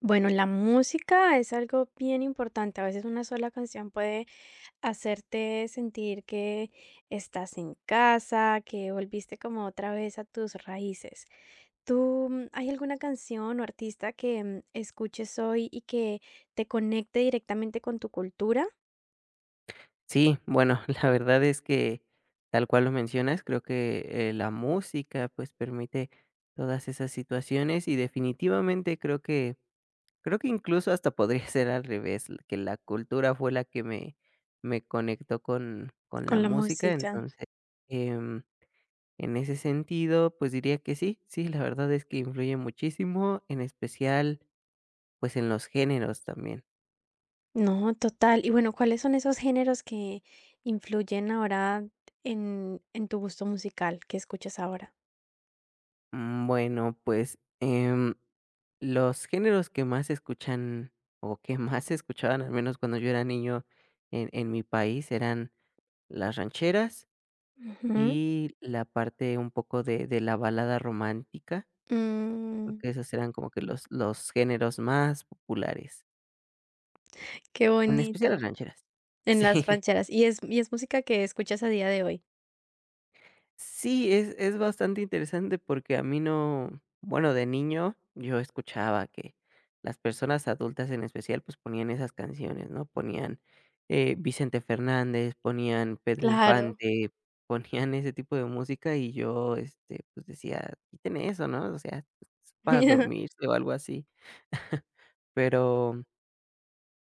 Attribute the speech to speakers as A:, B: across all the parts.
A: Bueno, la música es algo bien importante. A veces una sola canción puede hacerte sentir que estás en casa, que volviste como otra vez a tus raíces. ¿Tú hay alguna canción o artista que escuches hoy y que te conecte directamente con tu cultura?
B: Sí, bueno, la verdad es que tal cual lo mencionas, creo que, la música, pues, permite todas esas situaciones y definitivamente creo que incluso hasta podría ser al revés, que la cultura fue la que me conectó con la
A: Con la
B: música.
A: música.
B: Entonces, em, en ese sentido, pues, diría que sí, sí, la verdad es que influye muchísimo, en especial, pues, en los géneros también.
A: No, total. Y bueno, ¿cuáles son esos géneros que influyen ahora en tu gusto musical que escuchas ahora?
B: Bueno, pues, los géneros que más se escuchan, o que más se escuchaban, al menos cuando yo era niño en mi país, eran las rancheras
A: Ujú.
B: y la parte un poco de la balada romántica,
A: Mm.
B: porque esos eran como que los géneros más populares,
A: Qué
B: en especial
A: bonito.
B: las rancheras.
A: En las
B: Sí.
A: rancheras. ¿Y es música que escuchas a día de hoy?
B: Sí, es bastante interesante porque a mí no, bueno, de niño yo escuchaba que las personas adultas, en especial, pues, ponían esas canciones, ¿no? Ponían, Vicente Fernández, ponían Pedro
A: Claro.
B: Infante, ponían ese tipo de música y yo, este, pues, decía: "Quiten eso, ¿no? O sea, es para dormirse o algo así". Pero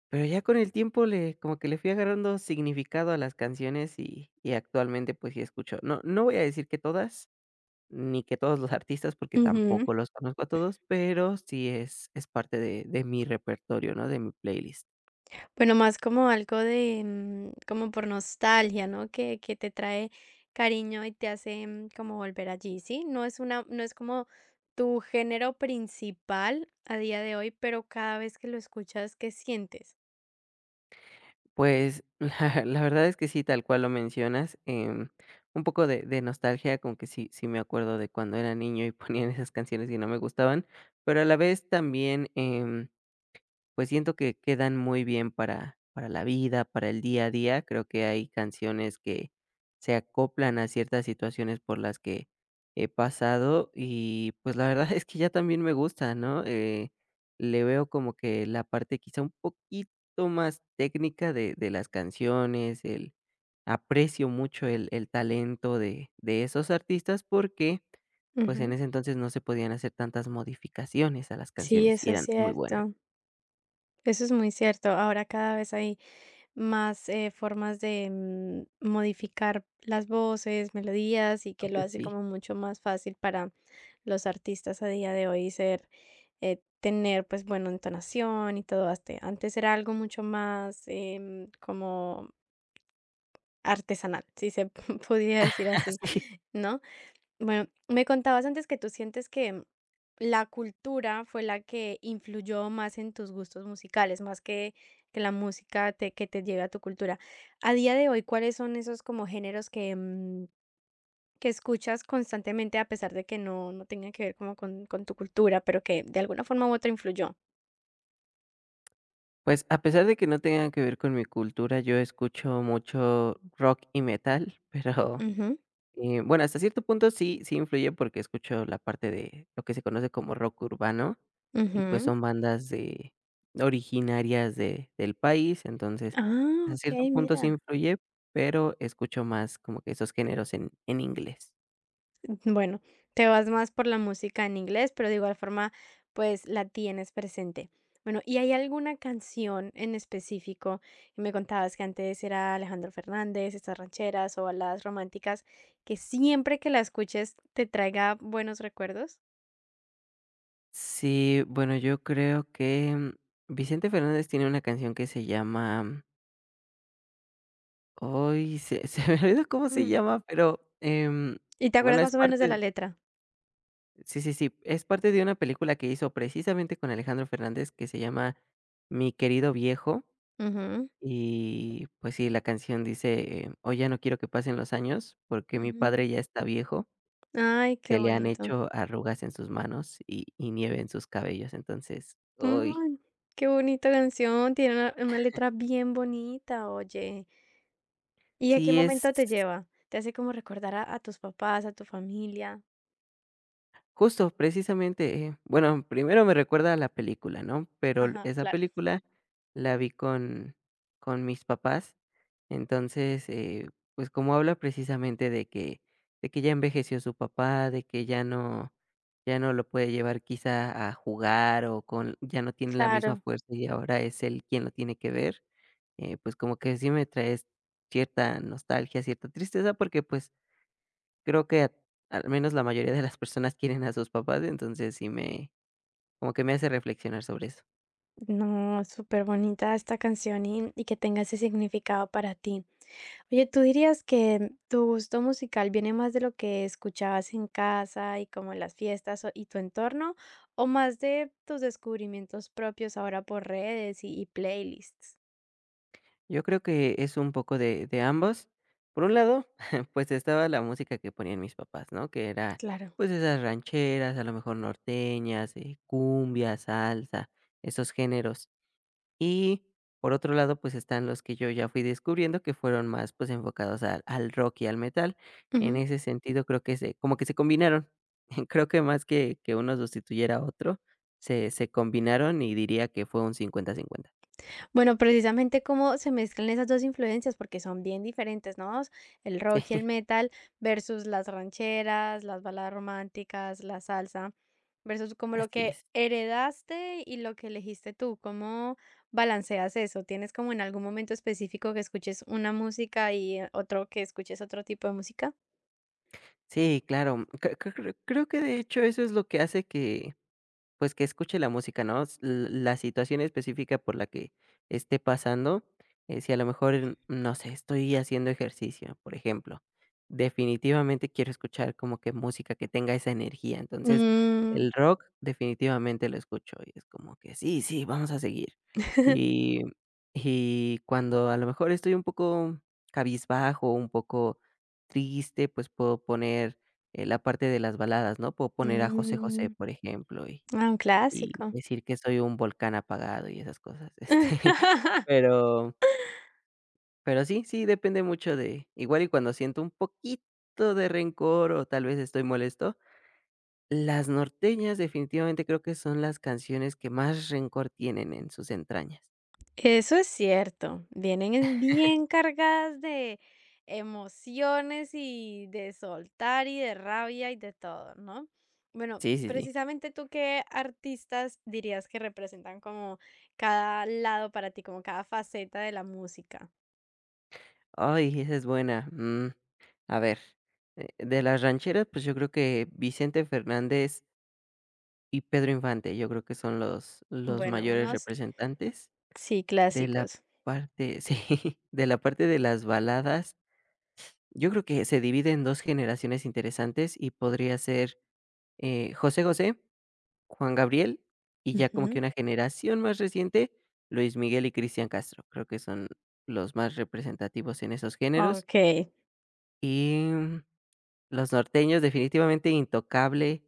B: pero ya con el tiempo le como que le fui agarrando significado a las canciones y actualmente, pues, sí escucho. No voy a decir que todas, ni que todos los artistas, porque
A: Ujú.
B: tampoco los conozco a todos, pero sí es parte de mi repertorio, ¿no? De mi playlist.
A: Bueno, más como algo de, mm, como por nostalgia, ¿no? Que te trae cariño y te hace, mm, como volver allí, ¿sí? No es como tu género principal a día de hoy, pero cada vez que lo escuchas, ¿qué sientes?
B: Pues, la verdad es que sí, tal cual lo mencionas, un poco de nostalgia, como que sí me acuerdo de cuando era niño y ponían esas canciones y no me gustaban, pero a la vez también, pues siento que quedan muy bien para, la vida, para el día a día. Creo que hay canciones que se acoplan a ciertas situaciones por las que he pasado y pues la verdad es que ya también me gusta, ¿no? Le veo como que la parte quizá un poquito más técnica de las canciones, el aprecio mucho el talento de esos artistas porque pues en
A: Ujú.
B: ese entonces no se podían hacer tantas modificaciones a las
A: Sí,
B: canciones y
A: eso es
B: eran muy buenas.
A: cierto. Eso es muy cierto. Ahora cada vez hay más formas de modificar las voces, melodías y que lo hace
B: Sí.
A: como mucho más fácil para los artistas a día de hoy ser, tener pues bueno, entonación y todo. Hasta- Antes era algo mucho más como artesanal, si se pudiera decir así,
B: Sí.
A: ¿no? Bueno, me contabas antes que tú sientes que la cultura fue la que influyó más en tus gustos musicales, más que la música que te lleve a tu cultura. A día de hoy, ¿cuáles son esos como géneros que, mm, que escuchas constantemente a pesar de que no tengan que ver como con tu cultura, pero que de alguna forma u otra influyó?
B: Pues, a pesar de que no tengan que ver con mi cultura, yo escucho mucho rock y metal, pero,
A: Ujú,
B: bueno, hasta cierto punto sí influye porque escucho la parte de lo que se conoce como rock urbano, y pues
A: ujú.
B: son bandas de originarias de del país, entonces,
A: Ah,
B: hasta
A: ok,
B: cierto punto sí
A: mira.
B: influye, pero escucho más como que esos géneros en inglés.
A: Bueno, te vas más por la música en inglés, pero de igual forma, pues la tienes presente. Bueno, ¿y hay alguna canción en específico? Me contabas que antes era Alejandro Fernández, estas rancheras o baladas románticas, que siempre que la escuches te traiga buenos recuerdos.
B: Sí, bueno, yo creo que Vicente Fernández tiene una canción que se llama Uy, se se me olvidó cómo se
A: Ujú.
B: llama, pero,
A: ¿Y te acuerdas
B: bueno, es
A: más o menos de la
B: parte
A: letra?
B: sí, sí, sí, es parte de una película que hizo precisamente con Alejandro Fernández que se llama Mi querido viejo,
A: Ujú,
B: y, pues sí, la canción dice, "Hoy ya no quiero que pasen los años, porque mi
A: ujú.
B: padre ya está viejo,
A: Ay, qué
B: se le han
A: bonito.
B: hecho arrugas en sus manos y nieve en sus cabellos". Entonces, uy,
A: Ay, qué bonita canción. Tiene una letra bien bonita, oye. ¿Y a qué
B: sí es
A: momento te lleva? Te hace como recordar a tus papás, a tu familia.
B: Justo, precisamente, bueno, primero me recuerda a la película, ¿no? Pero l-
A: Ajá,
B: esa
A: claro.
B: película la vi con, mis papás. Entonces, pues como habla precisamente de que ya envejeció su papá, de que ya no, ya no lo puede llevar quizá a jugar o con, ya no tiene la misma
A: Claro,
B: fuerza y ahora es él quien lo tiene que ver. Pues como que sí me trae cierta nostalgia, cierta tristeza, porque pues creo que a al menos la mayoría de las personas quieren a sus papás, entonces sí me como que me hace reflexionar sobre eso.
A: no, súper bonita esta canción y que tenga ese significado para ti. Oye, ¿tú dirías que tu gusto musical viene más de lo que escuchabas en casa y como en las fiestas o- y tu entorno, o más de tus descubrimientos propios ahora por redes y playlists?
B: Yo creo que es un poco de ambos. Por un lado, pues, estaba la música que ponían mis papás, ¿no? Que era,
A: Claro.
B: pues, esas rancheras, a lo mejor norteñas, cumbia, salsa, esos géneros. Y por otro lado, pues están los que yo ya fui descubriendo que fueron más, pues, enfocados al rock y al metal. En
A: Ujú.
B: ese sentido, creo que se como que se combinaron. Creo que más que uno sustituyera a otro, se combinaron y diría que fue un 50-50.
A: Bueno, precisamente cómo se mezclan esas 2 influencias, porque son bien diferentes, ¿no? El rock y el metal versus las rancheras, las baladas románticas, la salsa, versus como lo
B: Así
A: que
B: es.
A: heredaste y lo que elegiste tú. ¿Cómo balanceas eso? ¿Tienes como en algún momento específico que escuches una música y otro que escuches otro tipo de música?
B: Sí, claro. Creo que de hecho eso es lo que hace que pues que escuche la música, ¿no? S l la situación específica por la que esté pasando, si a lo mejor, no sé, estoy haciendo ejercicio, por ejemplo, definitivamente quiero escuchar como que música que tenga esa energía, entonces,
A: Mm.
B: el rock definitivamente lo escucho y es como que sí, sí, vamos a seguir. Y y cuando a lo mejor estoy un poco cabizbajo, un poco triste, pues puedo poner, la parte de las baladas, ¿no? Puedo poner a José José,
A: Mm.
B: por ejemplo,
A: Ah, un
B: y
A: clásico.
B: decir que soy un volcán apagado y esas cosas, este, pero sí, sí, depende mucho de igual y cuando siento un poquito de rencor o tal vez estoy molesto, las norteñas definitivamente creo que son las canciones que más rencor tienen en sus entrañas.
A: Eso es cierto, vienen en bien cargadas de emociones y de soltar y de rabia y de todo, ¿no? Bueno,
B: Sí, sí, sí.
A: precisamente tú, ¿qué artistas dirías que representan como cada lado para ti, como cada faceta de la música?
B: Ay, esa es buena. A ver, de las rancheras, pues yo creo que Vicente Fernández y Pedro Infante, yo creo que son los
A: Bueno,
B: mayores
A: unos
B: representantes.
A: sí,
B: De la
A: clásicos.
B: parte sí, de la parte de las baladas, yo creo que se divide en 2 generaciones interesantes y podría ser, José José, Juan Gabriel y ya como que
A: Ujú.
B: una generación más reciente, Luis Miguel y Cristian Castro. Creo que son los más representativos en esos géneros.
A: Okey.
B: Y, los norteños definitivamente Intocable,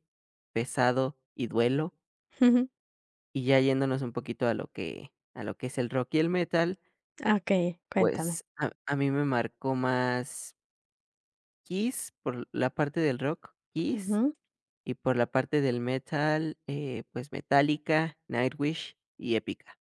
B: Pesado y Duelo. Y ya yéndonos un poquito a lo que es el rock y el metal,
A: Okey,
B: pues,
A: cuéntame.
B: a mí me marcó más Kiss por la parte del rock, Kiss, y por la parte del metal, pues, Metallica, Nightwish y Epica,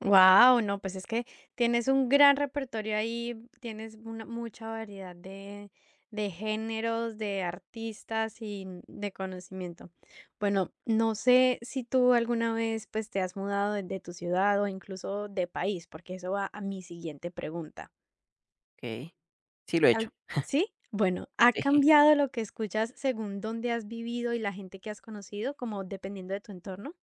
A: Wow, no, pues es que tienes un gran repertorio ahí, tienes una mucha variedad de géneros, de artistas y n- de conocimiento. Bueno, no sé si tú alguna vez, pues, te has mudado de tu ciudad o incluso de país, porque eso va a mi siguiente pregunta.
B: ¿ok? Sí lo he hecho,
A: Al ¿sí? Bueno, ¿ha
B: sí.
A: cambiado lo que escuchas según dónde has vivido y la gente que has conocido, como dependiendo de tu entorno?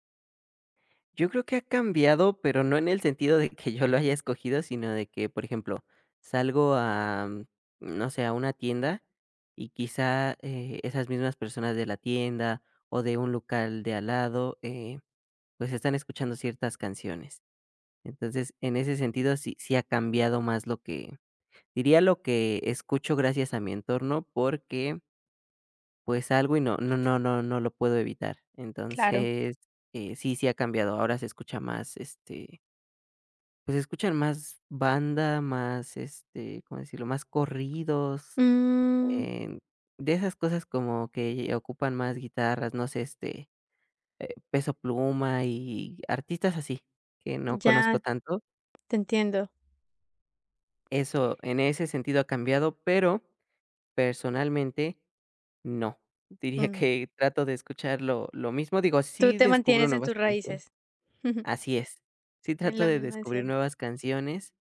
B: Yo creo que ha cambiado, pero no en el sentido de que yo lo haya escogido, sino de que, por ejemplo, salgo a, no sé, a una tienda y quizá, esas mismas personas de la tienda o de un local de al lado, pues, están escuchando ciertas canciones. Entonces, en ese sentido, sí ha cambiado más lo que diría lo que escucho gracias a mi entorno, porque, pues, algo y no lo puedo evitar.
A: Claro.
B: Entonces, sí, sí ha cambiado. Ahora se escucha más, este, pues, se escuchan más banda, más, este, ¿cómo decirlo?, más corridos,
A: Mm,
B: eh, de esas cosas como que ocupan más guitarras, no sé, este, Peso Pluma y artistas así, que no conozco
A: ya,
B: tanto.
A: te entiendo.
B: Eso, en ese sentido ha cambiado, pero personalmente no. Diría
A: Mm.
B: que trato de escuchar lo mismo, digo,
A: Tú
B: sí
A: te
B: descubro
A: mantienes en
B: nuevas
A: tus
B: canciones.
A: raíces,
B: Así es. Sí
A: en
B: trato
A: lo
B: de
A: mismo de
B: descubrir
A: siempre.
B: nuevas canciones,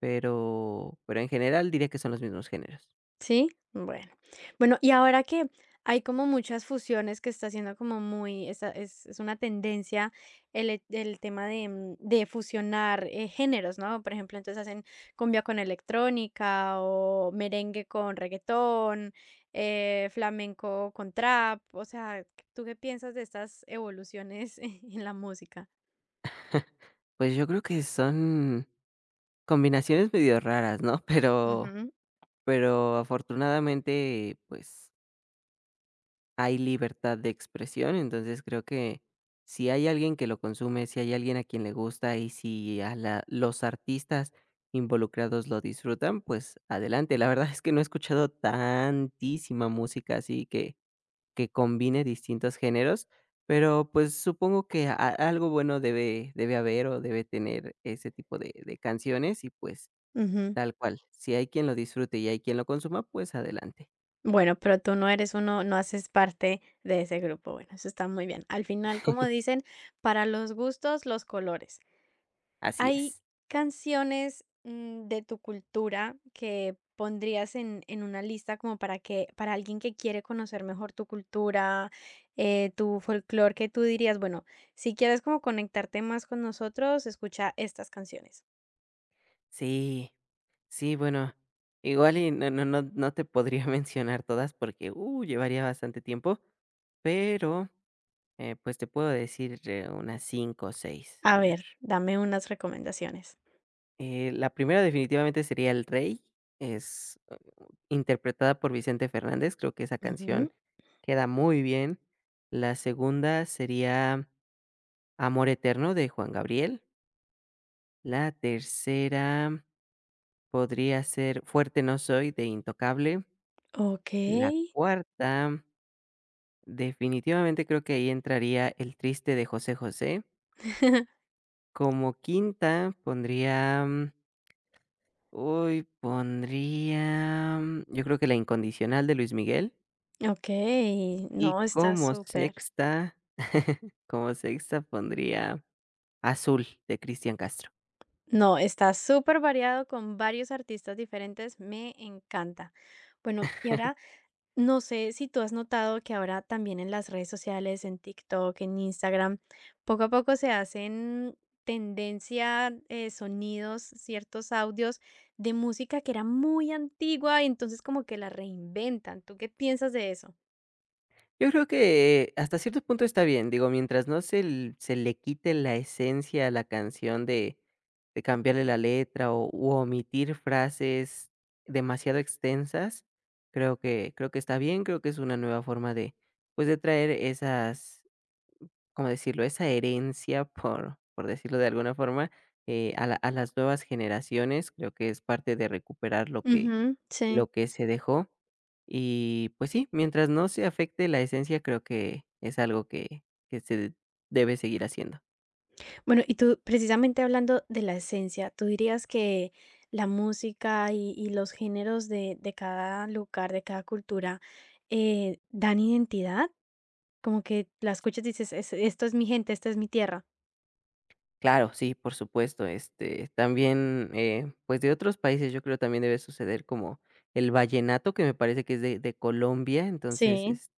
B: pero en general diría que son los mismos géneros.
A: ¿Sí? Bueno. Bueno, y ahora que hay como muchas fusiones que está haciendo como muy esa es una tendencia el tema de, mm, de fusionar, géneros, ¿no? Por ejemplo, entonces hacen cumbia con electrónica o merengue con reguetón, flamenco con trap, o sea, ¿tú qué piensas de estas evoluciones en la música?
B: Pues yo creo que son combinaciones medio raras, ¿no? Pero
A: Ujú,
B: pero afortunadamente, pues hay libertad de expresión, entonces creo que si hay alguien que lo consume, si hay alguien a quien le gusta y si a la- los artistas involucrados lo disfrutan, pues adelante. La verdad es que no he escuchado tantísima música así que combine distintos géneros, pero pues supongo que a- algo bueno debe haber o debe tener ese tipo de canciones y pues
A: ujú.
B: tal cual. Si hay quien lo disfrute y hay quien lo consuma, pues adelante.
A: Bueno, pero tú no eres uno no haces parte de ese grupo. Bueno, eso está muy bien. Al final, como dicen, para los gustos, los colores.
B: Así
A: ¿Hay
B: es.
A: canciones, mm, de tu cultura que pondrías en una lista como para alguien que quiere conocer mejor tu cultura, tu folclore, que tú dirías: "Bueno, si quieres como conectarte más con nosotros, escucha estas canciones"?
B: Sí. Sí, bueno, igual y no no te podría mencionar todas porque, llevaría bastante tiempo, pero, pues, te puedo decir, unas 5 o 6.
A: A
B: A ver,
A: ver, dame unas recomendaciones.
B: la primera definitivamente sería El Rey, es interpretada por Vicente Fernández, creo que esa
A: Ujú.
B: canción queda muy bien. La segunda sería Amor Eterno de Juan Gabriel. La tercera podría ser Fuerte no soy de Intocable. La
A: Okey.
B: cuarta, definitivamente creo que ahí entraría El triste de José José. Como quinta pondría, uy, pondría, yo creo que La incondicional de Luis Miguel.
A: Okey,
B: Y
A: no, está
B: como
A: súper.
B: sexta, como sexta pondría Azul de Cristian Castro.
A: No, está súper variado con varios artistas diferentes, me encanta. Bueno, y ahora no sé si tú has notado que ahora también en las redes sociales, en TikTok, en Instagram, poco a poco se hacen tendencia, sonidos, ciertos audios de música que era muy antigua, y entonces como que la reinventan. ¿Tú qué piensas de eso?
B: Yo creo que hasta cierto punto está bien, digo, mientras no se l se le quite la esencia a la canción de cambiarle la letra o u omitir frases demasiado extensas, creo que está bien, creo que es una nueva forma de, pues, de traer esas, ¿cómo decirlo?, esa herencia, por decirlo de alguna forma, a las nuevas generaciones, creo que es parte de recuperar lo que
A: Ujú, sí.
B: lo que se dejó. Y pues sí, mientras no se afecte la esencia, creo que es algo que se debe seguir haciendo.
A: Bueno, y tú, precisamente hablando de la esencia, ¿tú dirías que la música y los géneros de cada lugar, de cada cultura, dan identidad? Como que la escuchas y dices, "Es- esto es mi gente, esta es mi tierra".
B: Claro, sí, por supuesto. Este, también, pues de otros países, yo creo también debe suceder como el vallenato, que me parece que es de Colombia, entonces,
A: Sí,
B: es-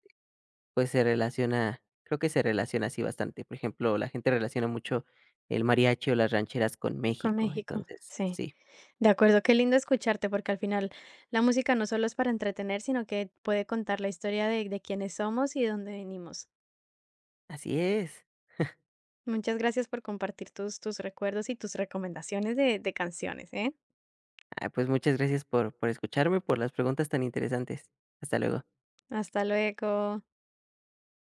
B: pues se relaciona, creo que se relaciona así bastante. Por ejemplo, la gente relaciona mucho el mariachi o las rancheras con
A: con
B: México,
A: México,
B: entonces,
A: sí.
B: sí,
A: De acuerdo, qué lindo escucharte, porque al final la música no solo es para entretener, sino que puede contar la historia de quiénes somos y de dónde venimos.
B: así es.
A: Muchas gracias por compartir tus, tus recuerdos y tus recomendaciones de canciones, ¿eh?
B: Ah, pues muchas gracias por escucharme, por las preguntas tan interesantes. Hasta luego.
A: Hasta luego.